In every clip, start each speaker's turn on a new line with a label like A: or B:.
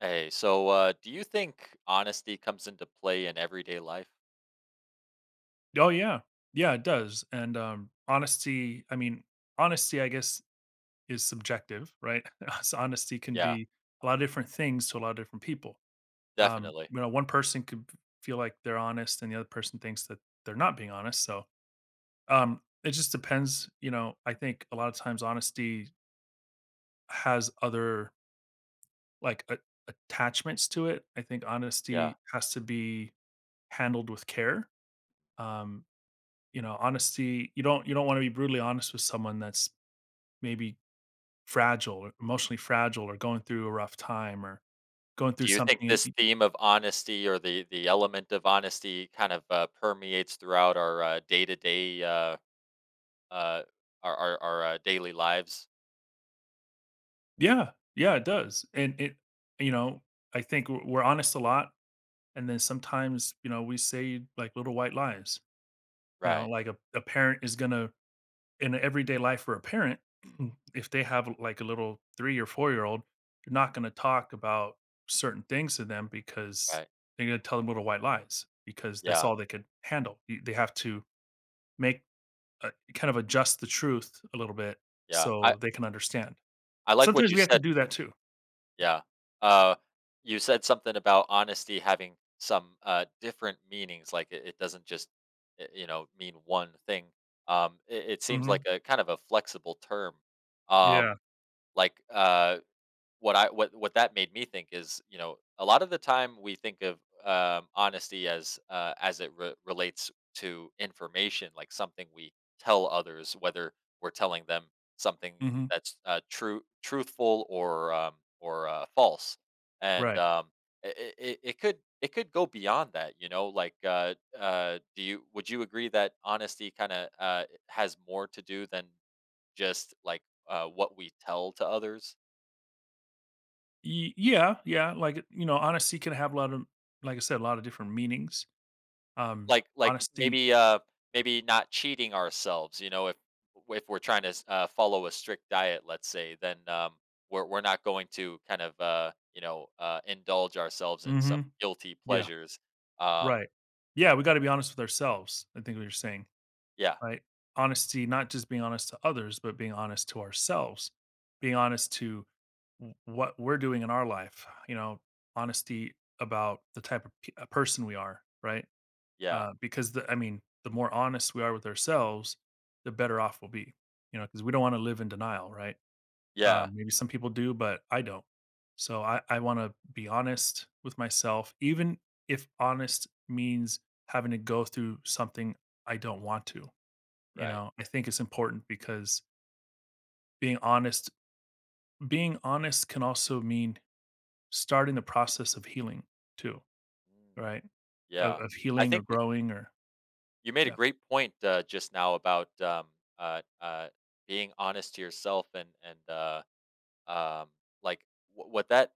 A: Hey, so do you think honesty comes into play in everyday life?
B: Oh yeah. Yeah, it does. And honesty, I mean, honesty I guess is subjective, right? So honesty can
A: Yeah,
B: be a lot of different things to a lot of different people.
A: definitely.
B: One person could b- feel like they're honest and the other person thinks that they're not being honest. So, it just depends, you know, I think a lot of times honesty has other like a- attachments to it. I think
A: Yeah.
B: honesty has to be handled with care. Um You know, honesty you don't wanna be brutally honest with someone that's maybe fragile or emotionally fragile or going through a rough time or going through
A: Do you think
B: something and
A: this
B: y
A: theme of honesty or the element of honesty kind of permeates throughout our day-to-day uh, our daily lives?
B: Yeah, yeah, it does, and you know, I think we're honest a lot, and then sometimes, you know, we say, like, little white lies, you know,
A: Right.
B: like a parent is gonna in everyday life for a parent, if they have like a little 3 or 4-year-old, you're not gonna
A: Mm-hmm.
B: talk about certain things to them because
A: Right.
B: they're gonna tell them little white lies because that's
A: Yeah.
B: all they could handle. Y They have to make a kind of adjust the truth a little bit
A: Yeah.
B: so they can understand.
A: I like what
B: Sometimes
A: you
B: we have to
A: said.
B: do that too.
A: Yeah. Uh, you said something about honesty having some different meanings. Like it doesn't just, you know, mean one thing. It, it seems
B: Mhm.
A: like a kind of a flexible term.
B: Yeah.
A: Um, like, uh, what I what that made me think is, you know, a lot of the time we think of honesty as it relates to information, like something we tell others, whether we're telling them something
B: Mhm.
A: that's true, truthful, or false, and
B: Right.
A: um, it, it, it could go beyond that. You know, do you would you agree that honesty kind of has more to do than just like what we tell to others?
B: Yeah, like, you know, honesty can have a lot of like I said, a lot of different meanings. Um,
A: Like
B: honesty
A: maybe, maybe not cheating ourselves, you know, if we're trying to s follow a strict diet, let's say, then we're not going to kind of, you know, indulge ourselves in some
B: Mhm.
A: guilty
B: Yeah.
A: pleasures. Um,
B: Right. Yeah, we gotta be honest with ourselves, I think what you're saying,
A: yeah,
B: right? Honesty, not just being honest to others, but being honest to ourselves, being honest to what we're doing in our life, you know, honesty about the type of person we are, right?
A: yeah,
B: I mean, the more honest we are with ourselves, the better off we'll be, you know, because we don't want to live in denial, right?
A: yeah,
B: Maybe some people do, but I don't. So I want to be honest with myself, even if honest means having to go through something I don't want to. You
A: right.
B: know, I think it's important because being honest, being honest can also mean starting the process of healing too,
A: Mm,
B: right?
A: yeah.
B: Of
A: I
B: healing or
A: think you
B: growing or
A: you made a
B: yeah.
A: great point, just now about, uh, uh, being honest to yourself and, um, like, wh what that.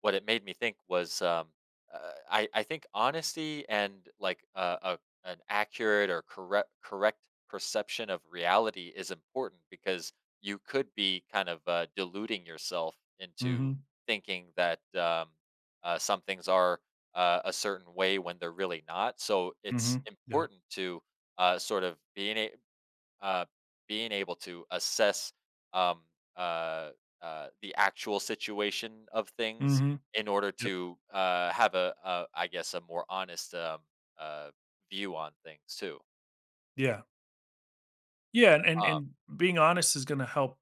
A: What it made me think was, I think honesty and, like, a an accurate or correct correct perception of reality is important because you could be kind of, deluding yourself
B: Mm-hmm.
A: into thinking that, some things are, a certain way when they're really not, so
B: Mm-hmm.
A: it's
B: Yeah.
A: important to, sort of being a uh, being able to assess um, uh, the actual situation of things
B: Mm-hmm.
A: in order
B: Yep.
A: to have a, I guess, a more honest uh, view on things too.
B: Yeah. Yeah, and and
A: Um,
B: and being honest is gonna help,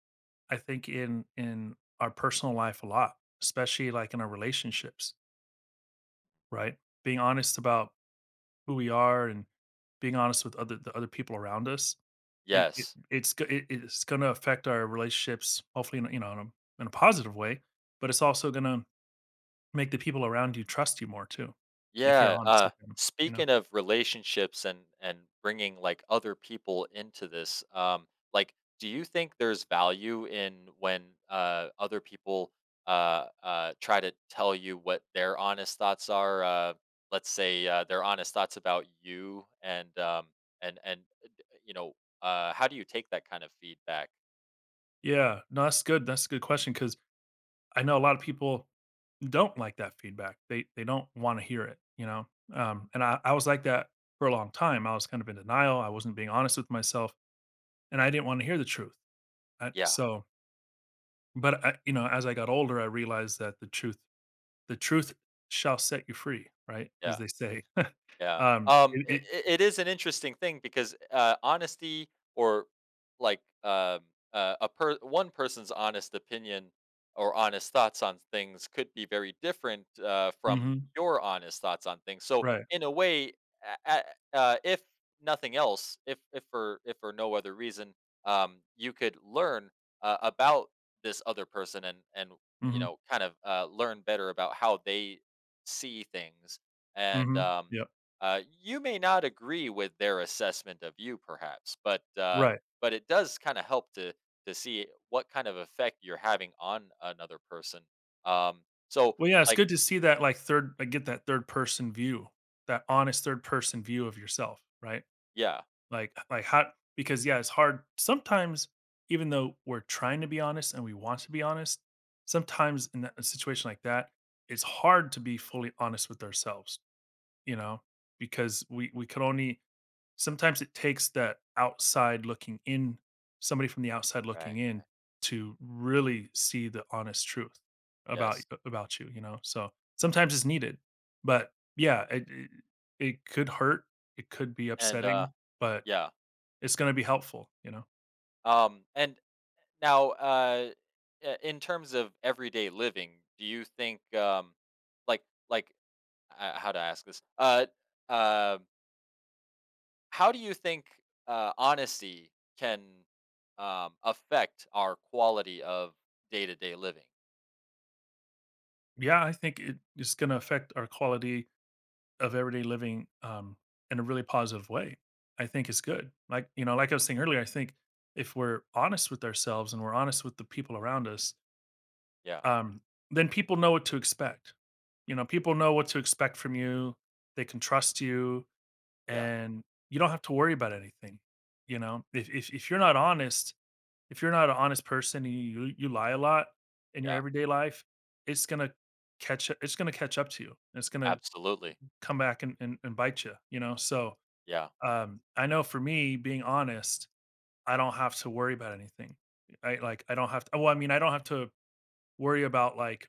B: I think, in our personal life a lot, especially like in our relationships, right? Being honest about who we are and being honest with other the other people around us,
A: yes.
B: it, it's gonna affect our relationships, hopefully, in a, you know, in a positive way. But it's also gonna make the people around you trust you more too, if you're
A: Yeah,
B: honest with them. You know?
A: speaking of relationships and bringing, like, other people into this, like, do you think there's value in when, other people, try to tell you what their honest thoughts are? Let's say, their honest thoughts about you, and, d you know, how do you take that kind of feedback?
B: Yeah, no, that's good. That's a good question because I know a lot of people don't like that feedback. They don't want to hear it, you know. I was like that for a long time. I was kind of in denial. I wasn't being honest with myself, and I didn't want to hear the truth. I,
A: Yeah,
B: so, but I, you know, as I got older, I realized that the truth shall set you free, right? As
A: yeah.
B: they say.
A: Yeah.
B: It, it
A: It is an interesting thing because honesty or like a one person's honest opinion or honest thoughts on things could be very different from
B: hmm
A: your honest thoughts on things. So
B: right.
A: in a way, a- if nothing else, if for if for no other reason, you could learn about this other person and you
B: hmm
A: know kind of learn better about how they see things and
B: hmm Yep.
A: you may not agree with their assessment of you, perhaps, but
B: Right.
A: but it does kind of help to see what kind of effect you're having on another person. Um, so,
B: Well, yeah, it's
A: like,
B: good to see that like third, like, get that third person view, that honest third person view of yourself, right?
A: yeah,
B: Like how because yeah, it's hard sometimes even though we're trying to be honest and we want to be honest, a situation like that, it's hard to be fully honest with ourselves, you know, because we could only sometimes it takes that outside looking in, somebody from the outside looking
A: right,
B: in to really see the honest truth about
A: yes,
B: you, you know. So sometimes it's needed, but yeah, it could hurt, it could be
A: and
B: upsetting, but
A: yeah,
B: it's gonna be helpful, you know?
A: and now, in terms of everyday living, do you think, like, like, how to ask this? Um How do you think honesty can affect our quality of day to day living?
B: Yeah, I think it's gonna affect our quality of everyday living, in a really positive way. I think it's good. Like, you know, like I was saying earlier, I think if we're honest with ourselves and we're honest with the people around us,
A: Yeah,
B: um, then people know what to expect. You know, people know what to expect from you. They can trust you
A: yeah,
B: and you don't have to worry about anything, you know? If you're not honest if you're not an honest person and you lie a lot in your
A: yeah,
B: everyday life, it's gonna it's gonna catch up to you. It's gonna
A: absolutely.
B: come back and and bite you, you know? So,
A: Yeah,
B: I know for me, being honest, I don't have to worry about anything. I don't have to well, I mean, I don't have to worry about, like,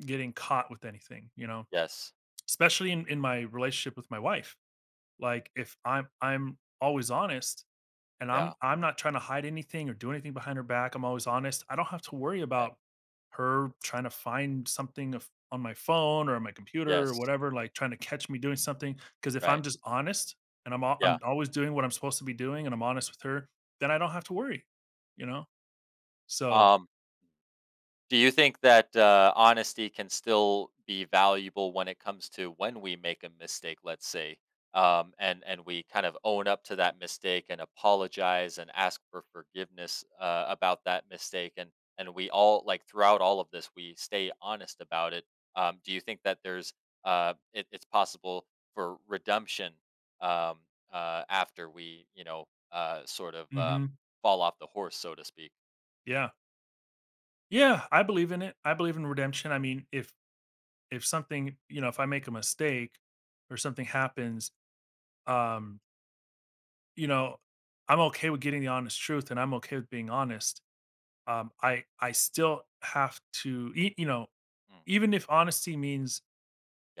B: getting caught with anything, you know?
A: yes,
B: Especially in my relationship with my wife.
A: mhm,
B: Like, if I'm I'm always honest and
A: yeah,
B: I'm not trying to hide anything or do anything behind her back. I'm always honest. I don't have to worry
A: okay,
B: about her trying to find something on my phone or on my computer or
A: yes,
B: whatever, like trying to catch me doing something. Because if I'm
A: right,
B: just honest and
A: yeah.
B: I'm always doing what I'm supposed to be doing and I'm honest with her, then I don't have to worry, you know. So,
A: Um, do you think that honesty can still be valuable when it comes to when we make a mistake, let's say, and we kind of own up to that mistake and apologize and ask for forgiveness about that mistake, and we all like throughout all of this we stay honest about it. Do you think that there's it, it's possible for redemption um, after we you know sort of
B: mhm,
A: fall off the horse, so to speak?
B: yeah, yeah, I believe in it. I believe in redemption. I mean, if something, you know, if I make a mistake or something happens, um, you know, I'm okay with getting the honest truth and I'm okay with being honest. I still have to, you know,
A: Mm,
B: even if honesty means,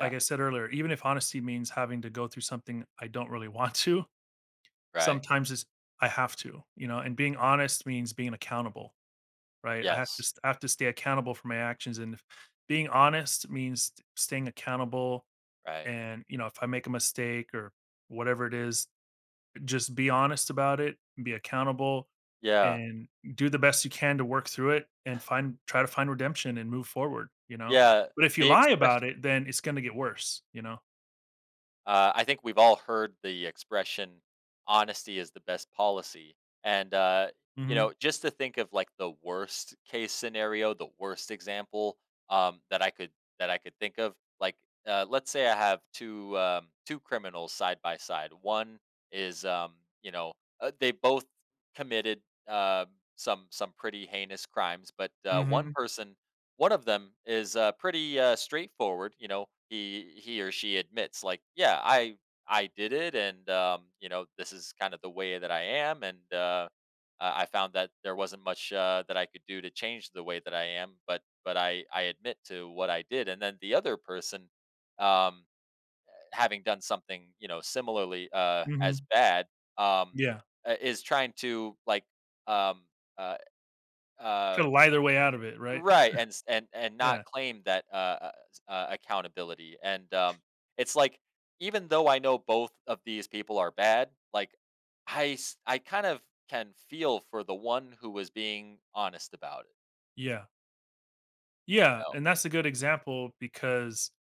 B: like I said earlier, even if honesty means having to go through something I don't really want to,
A: Right.
B: sometimes it's, I have to, you know, and being honest means being accountable, right?
A: Yes.
B: I have to stay accountable for my actions, and if being honest means staying accountable.
A: Right.
B: And you know, if I make a mistake or whatever it is, just be honest about it, be accountable,
A: Yeah.
B: and do the best you can to work through it and find try to find redemption and move forward, you know?
A: Yeah,
B: But if you
A: the
B: lie
A: expression.
B: about it, then it's gonna get worse, you know?
A: Uh, I think we've all heard the expression, "Honesty is the best policy." And, you
B: Mhm,
A: know, just to think of, like, the worst case scenario, the worst example, um, that I could that I could think of, like, let's say I have 2, 2 criminals side by side. One is, you know, they both committed, uh, some pretty heinous crimes, but,
B: mhm,
A: one of them is, pretty, straightforward, you know, he or she admits, like, "Yeah, I did it, and, you know, this is kind of the way that I am, and, I found that there wasn't much, that I could do to change the way that I am, but I admit to what I did." And then the other person, um, having done something, you know, similarly, as
B: mhm,
A: bad, um,
B: yeah.
A: is trying to, like, um, uh, uh
B: Try to lie their way out of it, right?
A: Right, and s and not
B: Yeah,
A: claim that, s accountability, and, it's like, even though I know both of these people are bad, like, I kind of can feel for the one who was being honest about it,
B: yeah,
A: you
B: yeah,
A: know?
B: and that's a good example because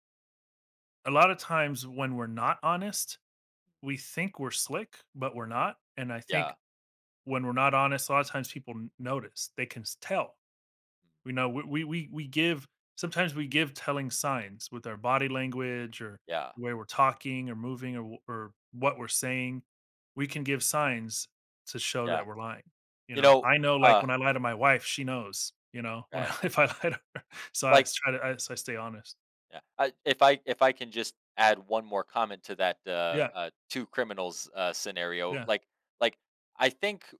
B: a lot of times when we're not honest, we think we're slick, but we're not, and I
A: Yeah.
B: think when we're not honest, a lot of times people n notice, they can s tell.
A: Mm,
B: We know we give sometimes we give telling signs with our body language or
A: yeah.
B: the way we're talking or moving or what we're saying. We can
A: Mhm,
B: give signs to show
A: yeah.
B: that we're lying. You
A: You
B: know,
A: know
B: I know like
A: uh,
B: when I lie to my wife, she knows, you know, when I
A: right.
B: if I lie to her. So I
A: Like
B: s- try to I so I stay honest.
A: yeah, I if I if I can just add one more comment to that,
B: Yeah,
A: 2 criminals, scenario,
B: yeah.
A: like like, I think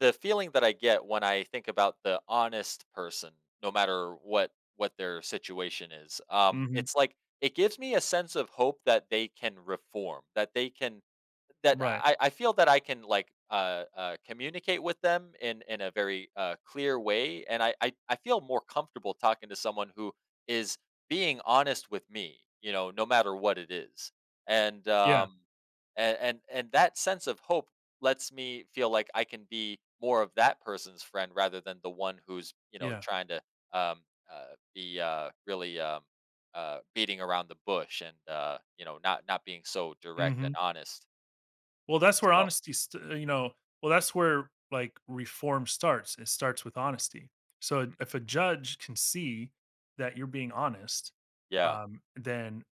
A: the feeling that I get when I think about the honest person, no matter what their situation is,
B: Mhm.
A: it's like it gives me a sense of hope that they can reform, that they can that
B: Right.
A: I feel that I can, like, communicate with them in a very, clear way, and I feel more comfortable talking to someone who is being honest with me, you know, no matter what it is. And,
B: Yeah.
A: um, and that sense of hope lets me feel like I can be more of that person's friend rather than the one who's, you know,
B: Yeah.
A: trying to, um, be, really, beating around the bush and, you know, not not being so direct and
B: Mhm.
A: honest.
B: Well, that's where
A: So,
B: honesty, st- you know, well, that's where like reform starts. It starts with honesty. So
A: mm,
B: if a judge can see that you're being honest,
A: yeah,
B: then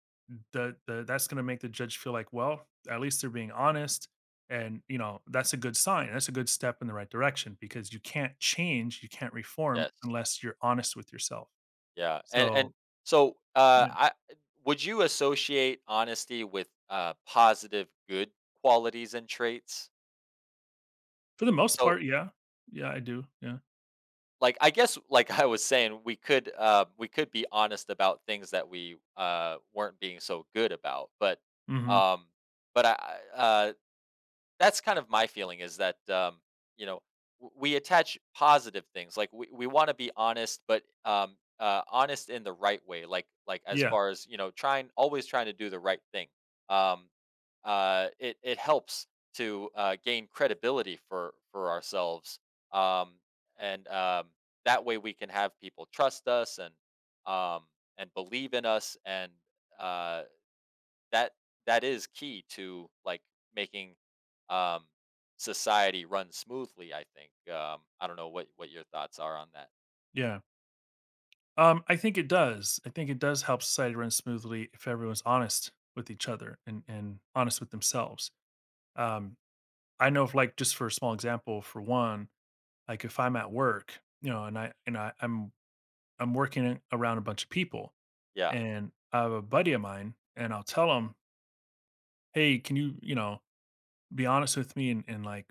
B: the that's going to make the judge feel like, well, at least they're being honest, and you know that's a good sign. That's a good step in the right direction because you can't change, you can't reform
A: yes,
B: unless you're honest with yourself.
A: yeah, and
B: So
A: so,
B: yeah,
A: I would you associate honesty with positive, good qualities and traits?
B: for the most
A: So,
B: part, yeah, yeah,
A: mm,
B: I do. Yeah,
A: like, I guess, like I was saying, we could be honest about things that we weren't being so good about,
B: hmm
A: um, but I I- uh, that's kind of my feeling is that you know we attach positive things like we want to be honest but honest in the right way like as
B: yeah,
A: far as you know trying always trying to do the right thing um, it, it helps to gain credibility for ourselves um, and that way we can have people trust us um, and believe in us and uh, that that is key to like making um, society run smoothly. I think. I don't know what your thoughts are on that.
B: yeah. I think it does. I think it does help society run smoothly if everyone's honest with each other and honest with themselves. Um, I know if like just for a small example, for one, like if I'm at work, you know, and I'm working around a bunch of people,
A: Yeah,
B: and I have a buddy of mine, and I'll tell him, hey, can you you know be honest with me and like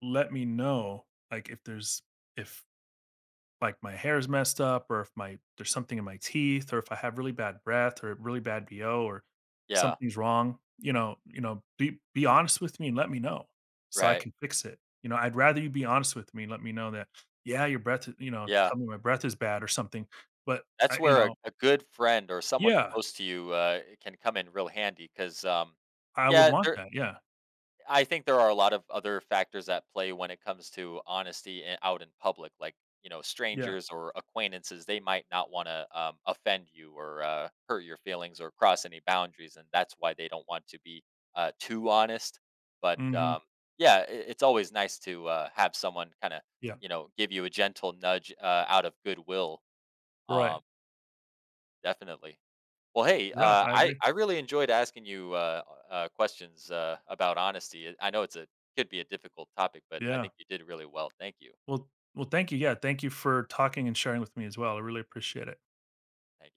B: let me know like if there's if like my hair's messed up or if my there's something in my teeth or if I have really bad breath or really bad BO or
A: yeah,
B: something's wrong, you know, be honest with me and let me know so I
A: right,
B: can fix it. You know, I'd rather you be honest with me and let me know that, yeah, your you know,
A: yeah.
B: tell me my breath is bad or something. But
A: That's
B: I, you
A: where
B: know,
A: a good friend or someone
B: yeah,
A: close to you can come in real handy because,
B: I would
A: yeah,
B: want
A: there
B: that. Yeah.
A: I think there are a lot of other factors at play when it comes to honesty and out in public, like you know,
B: Yeah.
A: strangers or acquaintances. They might not want to offend you or hurt your feelings or cross any boundaries, and that's why they don't want to be too honest. But
B: hmm
A: yeah, it, it's always nice to have someone kind of
B: Yeah.
A: you know give you a gentle nudge out of goodwill.
B: Right.
A: Um, definitely. Well, hey,
B: Yeah. I agree.
A: I really enjoyed asking you questions about honesty. I know it's a could be a difficult topic, but I
B: Yeah.
A: think you did really well. Thank you.
B: Well, well, thank you. Yeah. Thank you for talking and sharing with me as well. I really appreciate it.
A: Thank you.